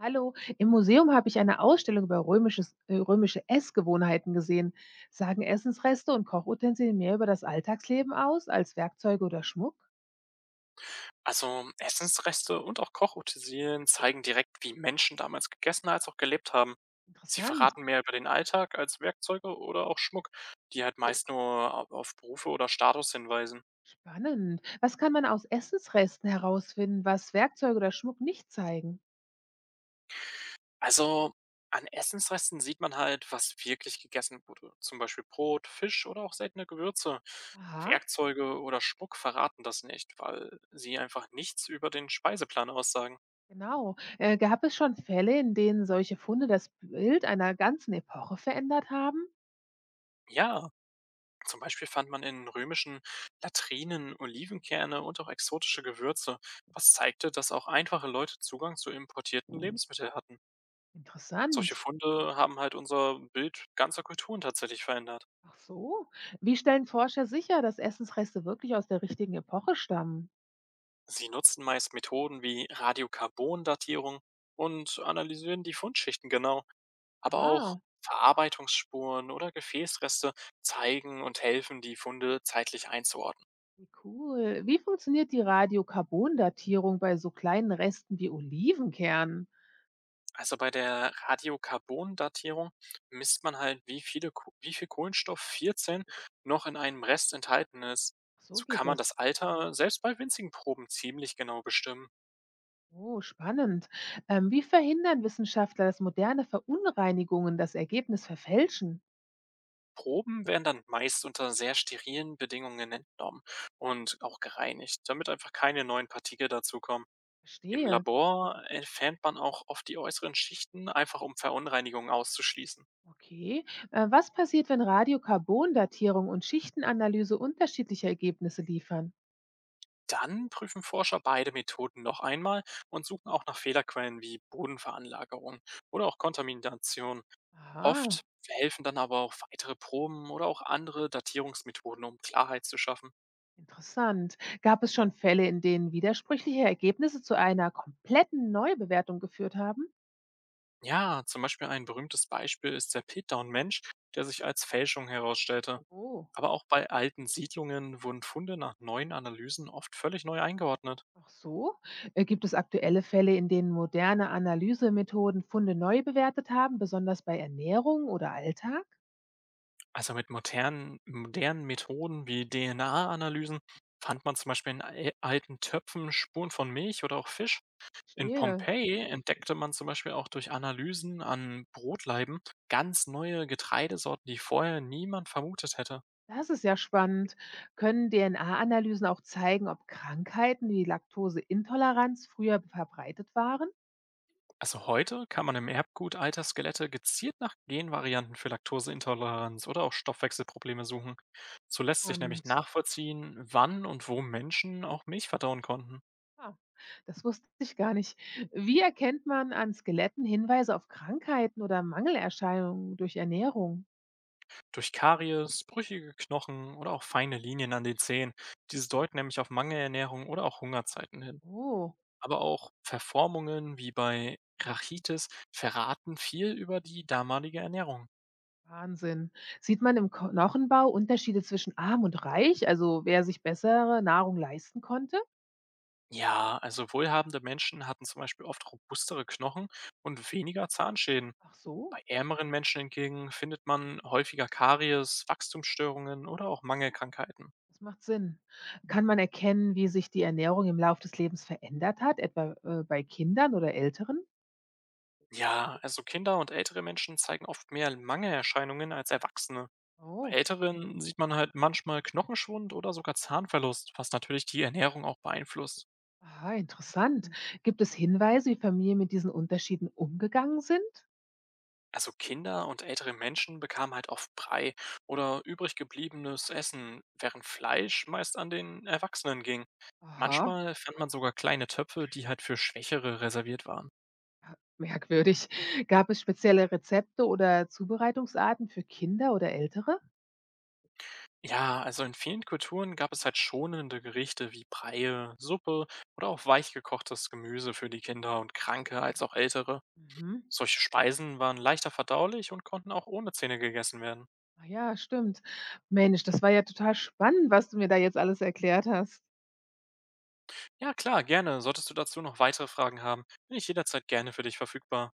Hallo, im Museum habe ich eine Ausstellung über römische Essgewohnheiten gesehen. Sagen Essensreste und Kochutensilien mehr über das Alltagsleben aus als Werkzeuge oder Schmuck? Also Essensreste und auch Kochutensilien zeigen direkt, wie Menschen damals gegessen als auch gelebt haben. Sie Interessant, verraten mehr über den Alltag als Werkzeuge oder auch Schmuck, die halt meist nur auf Berufe oder Status hinweisen. spannend. Was kann man aus Essensresten herausfinden, was Werkzeuge oder Schmuck nicht zeigen? Also an Essensresten sieht man halt, was wirklich gegessen wurde. Zum Beispiel Brot, Fisch oder auch seltene Gewürze. Aha, Werkzeuge oder Schmuck verraten das nicht, weil sie einfach nichts über den Speiseplan aussagen. genau. Gab es schon Fälle, in denen solche Funde das Bild einer ganzen Epoche verändert haben? Ja, zum Beispiel fand man in römischen Latrinen Olivenkerne und auch exotische Gewürze, was zeigte, dass auch einfache Leute Zugang zu importierten Lebensmitteln hatten. Solche Interessant. Funde haben halt unser Bild ganzer Kulturen tatsächlich verändert. Ach so. Wie stellen Forscher sicher, dass Essensreste wirklich aus der richtigen Epoche stammen? Sie nutzen meist Methoden wie Radiokarbon-Datierung und analysieren die Fundschichten genau, aber auch Ah, Verarbeitungsspuren oder Gefäßreste zeigen und helfen, die Funde zeitlich einzuordnen. wie cool. Wie funktioniert die Radiokarbondatierung bei so kleinen Resten wie Olivenkernen? Also bei der Radiokarbondatierung misst man halt, wie viel Kohlenstoff 14 noch in einem Rest enthalten ist. So So geht kann man das. das Alter selbst bei winzigen Proben ziemlich genau bestimmen. Oh, spannend. Wie verhindern Wissenschaftler, dass moderne Verunreinigungen das Ergebnis verfälschen? Proben werden dann meist unter sehr sterilen Bedingungen entnommen und auch gereinigt, damit einfach keine neuen Partikel dazukommen. Im Verstehe. Labor entfernt man auch oft die äußeren Schichten, einfach um Verunreinigungen auszuschließen. Okay. Was passiert, wenn Radiokarbondatierung und Schichtenanalyse unterschiedliche Ergebnisse liefern? Dann prüfen Forscher beide Methoden noch einmal und suchen auch nach Fehlerquellen wie Bodenveranlagerung oder auch Kontamination. Oft Aha, helfen dann aber auch weitere Proben oder auch andere Datierungsmethoden, um Klarheit zu schaffen. interessant. Gab es schon Fälle, in denen widersprüchliche Ergebnisse zu einer kompletten Neubewertung geführt haben? Ja, zum Beispiel ein berühmtes Beispiel ist der Pitdown-Mensch, der sich als Fälschung herausstellte. Oh. Aber auch bei alten Siedlungen wurden Funde nach neuen Analysen oft völlig neu eingeordnet. Ach so. Gibt es aktuelle Fälle, in denen moderne Analysemethoden Funde neu bewertet haben, besonders bei Ernährung oder Alltag? Also mit modernen Methoden wie DNA-Analysen fand man zum Beispiel in al alten Töpfen Spuren von Milch oder auch Fisch. In Stehe. Pompeji entdeckte man zum Beispiel auch durch Analysen an Brotleiben ganz neue Getreidesorten, die vorher niemand vermutet hätte. Das ist ja spannend. Können DNA-Analysen auch zeigen, ob Krankheiten wie Laktoseintoleranz früher verbreitet waren? Also heute kann man im Erbgut alter Skelette gezielt nach Genvarianten für Laktoseintoleranz oder auch Stoffwechselprobleme suchen. So lässt sich nämlich Spannend. nachvollziehen, wann und wo Menschen auch Milch verdauen konnten. Ah, das wusste ich gar nicht. Wie erkennt man an Skeletten Hinweise auf Krankheiten oder Mangelerscheinungen durch Ernährung? Durch Karies, brüchige Knochen oder auch feine Linien an den Zähnen. Diese deuten nämlich auf Mangelernährung oder auch Hungerzeiten hin. Oh. Aber auch Verformungen wie bei Rachitis verraten viel über die damalige Ernährung. Wahnsinn. Sieht man im Knochenbau Unterschiede zwischen arm und reich, also wer sich bessere Nahrung leisten konnte? Ja, also wohlhabende Menschen hatten zum Beispiel oft robustere Knochen und weniger Zahnschäden. Ach so, Bei ärmeren Menschen hingegen findet man häufiger Karies, Wachstumsstörungen oder auch Mangelkrankheiten. das macht Sinn. Kann man erkennen, wie sich die Ernährung im Laufe des Lebens verändert hat, etwa bei Kindern oder Älteren? Ja, also Kinder und ältere Menschen zeigen oft mehr Mangelerscheinungen als Erwachsene. Bei Oh, Älteren sieht man halt manchmal Knochenschwund oder sogar Zahnverlust, was natürlich die Ernährung auch beeinflusst. aha, interessant. Gibt es Hinweise, wie Familien mit diesen Unterschieden umgegangen sind? Also Kinder und ältere Menschen bekamen halt oft Brei oder übrig gebliebenes Essen, während Fleisch meist an den Erwachsenen ging. Aha, Manchmal fand man sogar kleine Töpfe, die halt für Schwächere reserviert waren. ja, merkwürdig. Gab es spezielle Rezepte oder Zubereitungsarten für Kinder oder Ältere? Ja, also in vielen Kulturen gab es halt schonende Gerichte wie Breie, Suppe oder auch weichgekochtes Gemüse für die Kinder und Kranke als auch Ältere. Mhm. Solche Speisen waren leichter verdaulich und konnten auch ohne Zähne gegessen werden. Ah ja, stimmt. Mensch, das war ja total spannend, was du mir da jetzt alles erklärt hast. Ja, klar, gerne. Solltest du dazu noch weitere Fragen haben, bin ich jederzeit gerne für dich verfügbar.